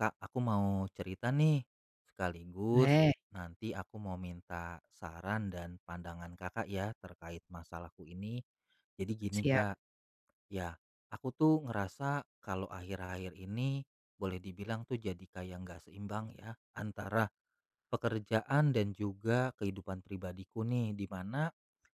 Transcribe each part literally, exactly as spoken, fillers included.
Kak, aku mau cerita nih. Sekaligus Boleh, nanti aku mau minta saran dan pandangan Kakak ya terkait masalahku ini. Jadi gini siap Kak, ya aku tuh ngerasa kalau akhir-akhir ini boleh dibilang tuh jadi kayak nggak seimbang ya antara pekerjaan dan juga kehidupan pribadiku nih. Dimana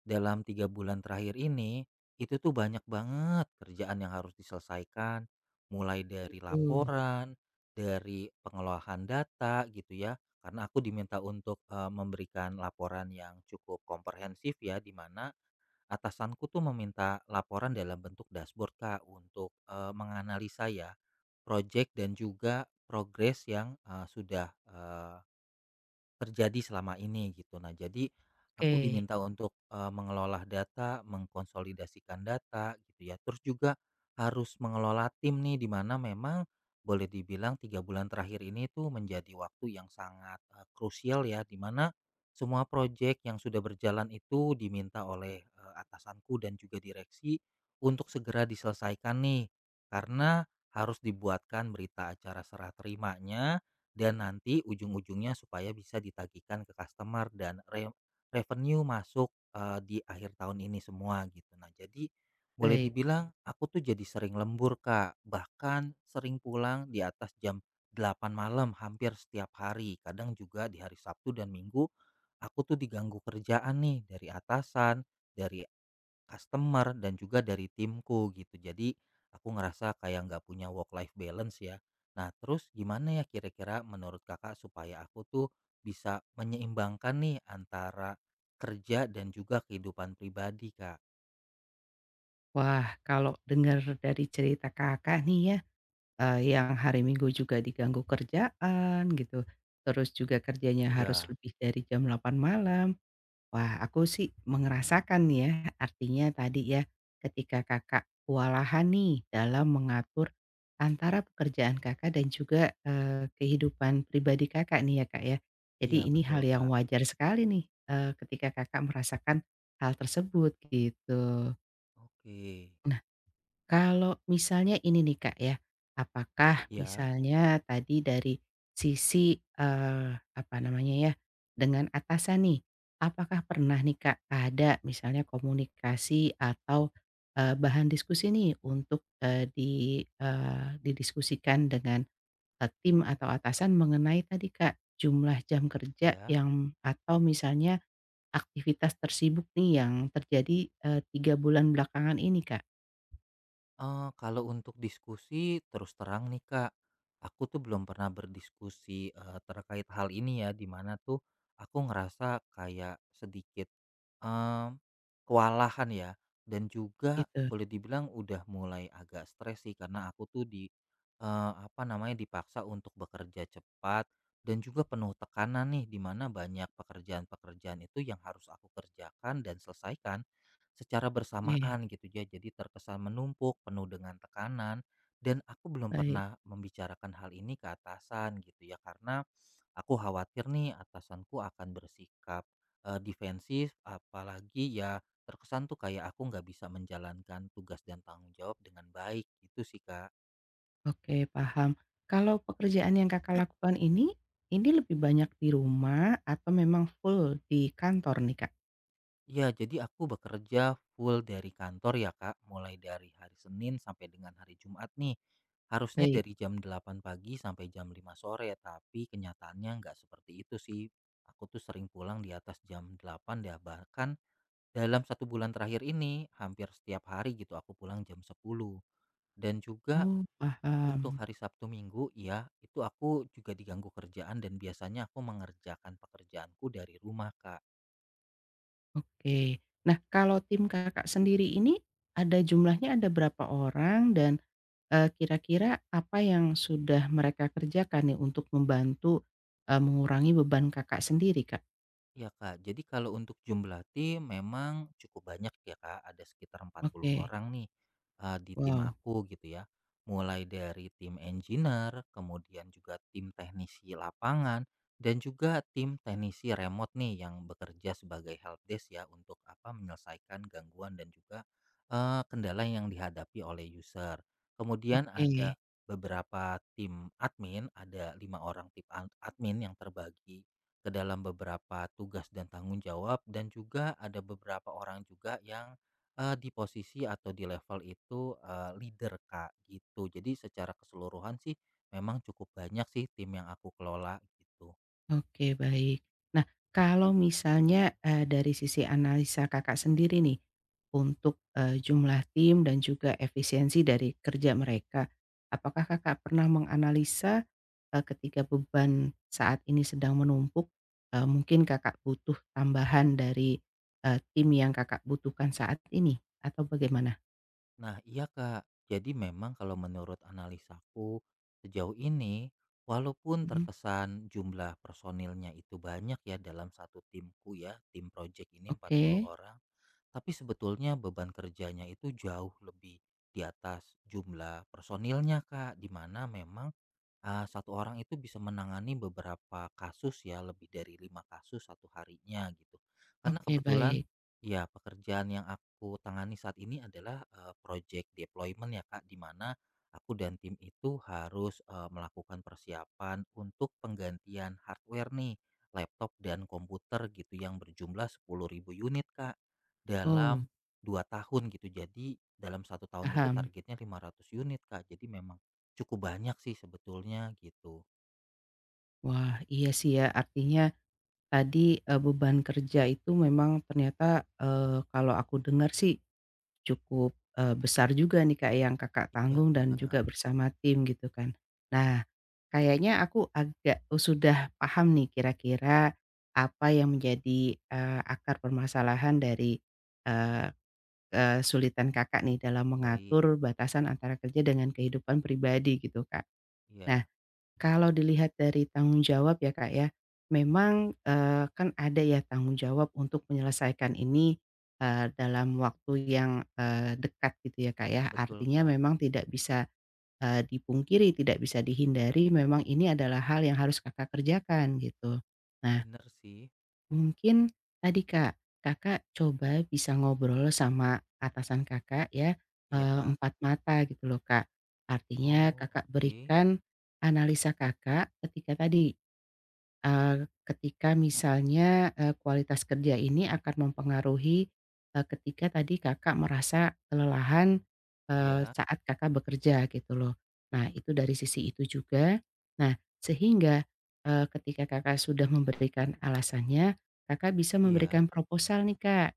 dalam tiga bulan terakhir ini, itu tuh banyak banget kerjaan yang harus diselesaikan, mulai dari tuh. laporan, dari pengelolaan data gitu ya, karena aku diminta untuk, eee, memberikan laporan yang cukup komprehensif ya, di mana atasanku tuh meminta laporan dalam bentuk dashboard Kak, untuk, eee, menganalisa ya, projek dan juga progres yang, eee, sudah terjadi selama ini gitu. Nah, jadi aku Oke, diminta untuk, eee, mengelola data, mengkonsolidasikan data gitu ya. Terus juga harus mengelola tim nih, di mana memang boleh dibilang tiga bulan terakhir ini tuh menjadi waktu yang sangat, eee, krusial ya, di mana semua proyek yang sudah berjalan itu diminta oleh, eee, atasanku dan juga direksi untuk segera diselesaikan nih, karena harus dibuatkan berita acara serah terimanya dan nanti ujung-ujungnya supaya bisa ditagihkan ke customer dan re revenue masuk, eee, di akhir tahun ini semua gitu. Nah jadi, boleh baik. dibilang aku tuh jadi sering lembur Kak, bahkan sering pulang di atas jam delapan malam hampir setiap hari. Kadang juga di hari Sabtu dan Minggu, aku tuh diganggu kerjaan nih dari atasan, dari customer dan juga dari timku gitu. Jadi aku ngerasa kayak nggak punya work life balance ya. Nah terus gimana ya kira-kira menurut Kakak supaya aku tuh bisa menyeimbangkan nih antara kerja dan juga kehidupan pribadi, Kak? Wah, kalau dengar dari cerita Kakak nih ya, eee, yang hari Minggu juga diganggu kerjaan gitu, terus juga kerjanya harus Iya, lebih dari jam delapan malam. Wah, aku sih mengerasakan nih ya, artinya tadi ya, ketika Kakak kewalahan nih dalam mengatur antara pekerjaan Kakak dan juga, eee, kehidupan pribadi Kakak nih ya, Kak, ya. iya Jadi ini betul hal yang Kak. wajar sekali nih, eee, ketika Kakak merasakan hal tersebut gitu. Oke, Nah, kalau misalnya ini nih Kak ya, apakah iya, misalnya tadi dari sisi, eee, apa namanya ya, dengan atasan nih, apakah pernah nih Kak ada misalnya komunikasi atau, eee, bahan diskusi nih untuk, eee, di eee, didiskusikan dengan, eee, tim atau atasan mengenai tadi Kak, jumlah jam kerja iya. yang atau misalnya aktivitas tersibuk nih yang terjadi, eee, tiga bulan belakangan ini Kak? Eh kalau untuk diskusi terus terang nih Kak, aku tuh belum pernah berdiskusi eh, terkait hal ini ya. Dimana tuh aku ngerasa kayak sedikit Mmm, kewalahan ya dan juga Gitu, boleh dibilang udah mulai agak stres sih karena aku tuh di, eee, apa namanya, dipaksa untuk bekerja cepat dan juga penuh tekanan nih di mana banyak pekerjaan-pekerjaan itu yang harus aku kerjakan dan selesaikan secara iya. bersamaan gitu ya. Jadi terkesan menumpuk, penuh dengan tekanan dan aku belum Baik, pernah membicarakan hal ini ke atasan gitu ya karena aku khawatir nih atasanku akan bersikap Eee, defensif, apalagi ya terkesan tuh kayak aku nggak bisa menjalankan tugas dan tanggung jawab dengan baik, gitu sih, Kak. oke, paham. Kalau pekerjaan yang Kakak lakukan ini, ini lebih banyak di rumah atau memang full di kantor nih Kak? Ya jadi aku bekerja full dari kantor ya, Kak, mulai dari hari Senin sampai dengan hari Jumat nih. Harusnya Baik, dari jam delapan pagi sampai jam lima sore, tapi kenyataannya nggak seperti itu sih. Aku tuh sering pulang di atas jam delapan ya, bahkan dalam satu bulan terakhir ini hampir setiap hari gitu aku pulang jam sepuluh. Dan juga oh Untuk paham, hari Sabtu Minggu, ya itu aku juga diganggu kerjaan dan biasanya aku mengerjakan pekerjaanku dari rumah, Kak. oke. Nah, kalau tim Kakak sendiri ini, ada jumlahnya ada berapa orang dan, eee, kira-kira apa yang sudah mereka kerjakan nih untuk membantu, eee, mengurangi beban Kakak sendiri Kak? Ya Kak, jadi kalau untuk jumlah tim memang cukup banyak ya Kak, ada sekitar empat puluh Oke, orang nih eh, di tim wow, aku gitu ya. Mulai dari tim engineer, kemudian juga tim teknisi lapangan, dan juga tim teknisi remote nih yang bekerja sebagai helpdesk ya untuk apa menyelesaikan gangguan dan juga eh, kendala yang dihadapi oleh user. Kemudian ada oke. beberapa tim admin, ada lima orang tim ad- admin yang terbagi ke dalam beberapa tugas dan tanggung jawab dan juga ada beberapa orang juga yang eh, di posisi atau di level itu eh, leader Kak gitu. Jadi secara keseluruhan sih memang cukup banyak sih tim yang aku kelola gitu. Oke, baik. Nah, kalau misalnya, eee, dari sisi analisa Kakak sendiri nih, untuk, eee, jumlah tim dan juga efisiensi dari kerja mereka, apakah Kakak pernah menganalisa, eee, ketika beban saat ini sedang menumpuk, eee, mungkin Kakak butuh tambahan dari, eee, tim yang Kakak butuhkan saat ini, atau bagaimana? Nah, iya Kak. Jadi memang kalau menurut analisaku sejauh ini walaupun Mhm, terkesan jumlah personilnya itu banyak ya dalam satu timku ya, tim project ini empat puluh oke. orang Tapi sebetulnya beban kerjanya itu jauh lebih di atas jumlah personilnya, Kak, di mana memang Ah satu orang itu bisa menangani beberapa kasus ya, lebih dari lima kasus satu harinya gitu. Karena Oke, kebetulan baik. ya pekerjaan yang aku tangani saat ini adalah, eee, project deployment ya Kak, di mana aku dan tim itu harus, eee, melakukan persiapan untuk penggantian hardware nih, laptop dan komputer gitu yang berjumlah sepuluh ribu unit Kak, Oh, dalam dua tahun gitu. Jadi dalam satu tahun itu paham. targetnya lima ratus unit Kak, jadi memang cukup banyak sih sebetulnya gitu. Wah, iya sih ya, artinya tadi, eee, beban kerja itu memang ternyata, eee, kalau aku dengar sih cukup, eee, besar juga nih, Kak, yang Kakak Iya, tanggung dan benar. juga bersama tim gitu kan. Nah, kayaknya aku agak oh, sudah paham nih kira-kira apa yang menjadi, eee, akar permasalahan dari, eee, kesulitan Kakak nih dalam Baik, mengatur batasan antara kerja dengan kehidupan pribadi gitu, Kak. Nah, iya, kalau dilihat dari tanggung jawab ya Kak ya, memang, eee, kan ada ya tanggung jawab untuk menyelesaikan ini, eee, dalam waktu yang, eee, dekat gitu ya Kak ya. betul Artinya Kak. memang tidak bisa, eee, dipungkiri, tidak bisa dihindari, memang ini adalah hal yang harus Kakak kerjakan gitu. Nah, Bener sih, mungkin tadi Kak, Kakak coba bisa ngobrol sama atasan Kakak ya, iya eee, Kak. empat mata gitu loh Kak. Artinya Oh, Kakak oke. berikan analisa Kakak ketika tadi Eee, ketika misalnya, eee, kualitas kerja ini akan mempengaruhi, eee, ketika tadi Kakak merasa kelelahan, eee, Iya, saat Kakak bekerja gitu loh. Nah itu dari sisi itu juga. Nah sehingga, eee, ketika Kakak sudah memberikan alasannya, Kakak bisa iya. memberikan proposal nih Kak.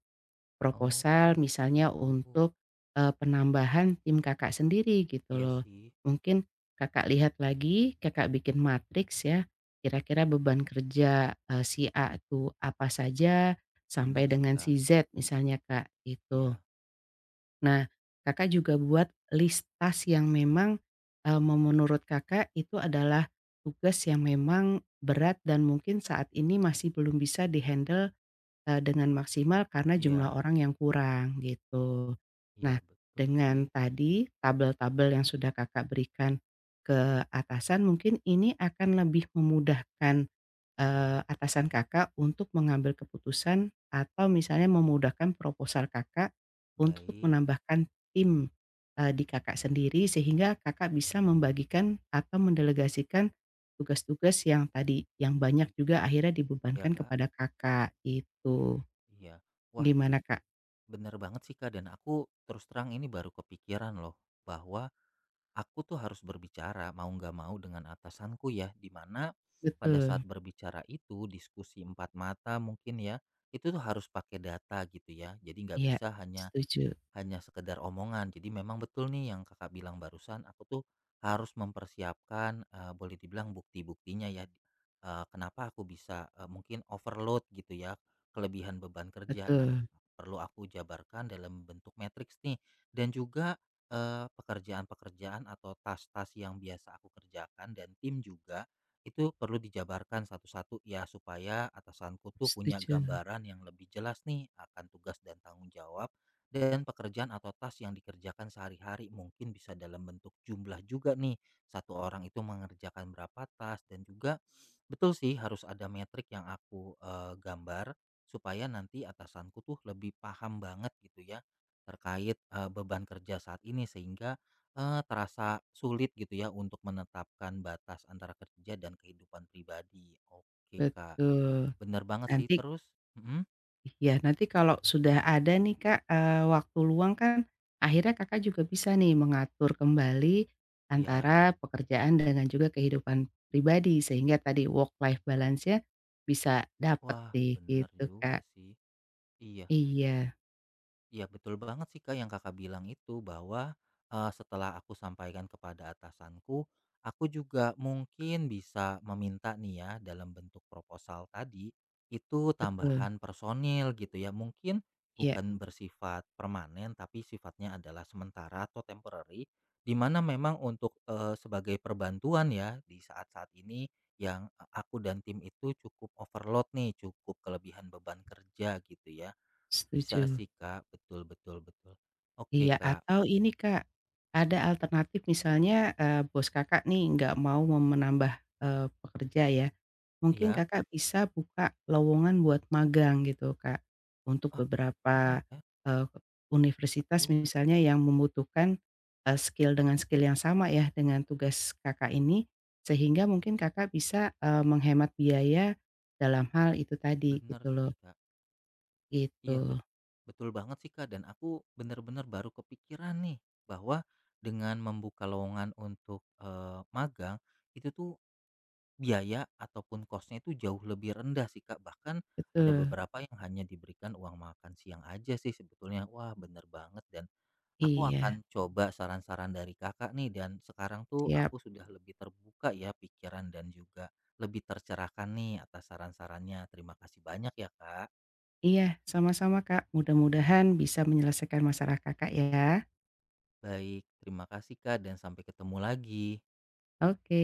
Proposal Oh, misalnya gitu. untuk, eee, penambahan tim Kakak sendiri gitu Iya loh. sih, Mungkin Kakak lihat lagi, Kakak bikin matriks ya, kira-kira beban kerja, eee, si A itu apa saja sampai bener sih dengan Kak. si Z misalnya Kak, gitu. Iya, Nah, Kakak juga buat listas yang memang, eee, me menurut Kakak itu adalah tugas yang memang berat dan mungkin saat ini masih belum bisa dihandle eee, dengan maksimal karena jumlah iya, orang yang kurang gitu. iya Nah, betul dengan sih. tadi tabel-tabel yang sudah Kakak berikan ke atasan mungkin ini akan lebih memudahkan, eee, atasan Kakak untuk mengambil keputusan atau misalnya memudahkan proposal Kakak untuk Baik, menambahkan tim, eee, di Kakak sendiri sehingga Kakak bisa membagikan atau mendelegasikan tugas-tugas yang tadi yang banyak juga akhirnya iya dibebankan Kak. kepada Kakak, itu. Iya. Wah, Gimana, Kak? bener banget sih Kak dan aku terus terang ini baru kepikiran loh bahwa aku tuh harus berbicara mau nggak mau dengan atasanku ya di mana pada saat Betul, berbicara itu diskusi empat mata mungkin ya itu tuh harus pakai data gitu ya jadi nggak iya, bisa hanya setuju, hanya sekedar omongan. Jadi memang betul nih yang Kakak bilang barusan, aku tuh harus mempersiapkan, eee, boleh dibilang bukti-buktinya ya, eee, kenapa aku bisa, eee, mungkin overload gitu ya, kelebihan beban kerja. Nah, betul, perlu aku jabarkan dalam bentuk matriks nih dan juga, eee, pekerjaan-pekerjaan atau task-task yang biasa aku kerjakan dan tim juga, itu perlu dijabarkan satu-satu ya, supaya atasanku tuh punya setuju, gambaran yang lebih jelas nih akan tugas dan tanggung jawab dan pekerjaan atau tas yang dikerjakan sehari-hari mungkin bisa dalam bentuk jumlah juga nih. Satu orang itu mengerjakan berapa tas dan juga betul sih harus ada metrik yang aku eh, gambar supaya nanti atasanku tuh lebih paham banget gitu ya terkait eh, beban kerja saat ini sehingga eh, terasa sulit gitu ya untuk menetapkan batas antara kerja dan kehidupan pribadi. Oke, Kak. betul. Bener banget sih Nanti terus. Mm, iya, nanti kalau sudah ada nih, Kak, eee, waktu luang kan akhirnya Kakak juga bisa nih mengatur kembali iya. antara pekerjaan dengan juga kehidupan pribadi, sehingga tadi work life balance-nya bisa dapet Wah, sih bener gitu, juga Kak. sih. Iya. Iya, Iya betul banget sih Kak yang Kakak bilang itu bahwa, eee, setelah aku sampaikan kepada atasanku, aku juga mungkin bisa meminta nih ya dalam bentuk proposal tadi, itu betul, tambahan personil gitu ya mungkin iya, bukan bersifat permanen tapi sifatnya adalah sementara atau temporary, di mana memang untuk, eee, sebagai perbantuan ya di saat-saat ini yang, e, aku dan tim itu cukup overload nih cukup kelebihan beban kerja gitu ya. Bisa setuju. sih, Kak, betul betul betul. Oke, Iya, Kak, atau ini Kak, ada alternatif misalnya, eee, bos Kakak nih nggak mau mem menambah, eee, pekerja ya, mungkin iya, Kakak bisa buka lowongan buat magang gitu Kak, untuk ah, bener beberapa, ya, eee, bener universitas juga, misalnya yang membutuhkan, eee, skill dengan skill yang sama ya dengan tugas Kakak ini, sehingga mungkin Kakak bisa, eee, menghemat biaya dalam hal itu tadi bener gitu loh, sih, Kak. Iya, bet gitu. betul banget sih, Kak, dan aku bener-bener baru kepikiran nih bahwa dengan membuka lowongan untuk, eee, magang, itu tuh biaya ataupun cost-nya itu jauh lebih rendah sih, Kak, bahkan ada Betul, beberapa yang hanya diberikan uang makan siang aja sih sebetulnya. Wah, bener banget dan aku iya, akan coba saran-saran dari Kakak nih dan sekarang tuh siap. aku sudah lebih terbuka ya pikiran dan juga lebih tercerahkan nih atas saran-sarannya. Terima kasih banyak ya Kak. Iya, sama-sama Kak, mudah-mudahan bisa menyelesaikan masalah Kakak ya. Baik, terima kasih Kak dan sampai ketemu lagi. Oke.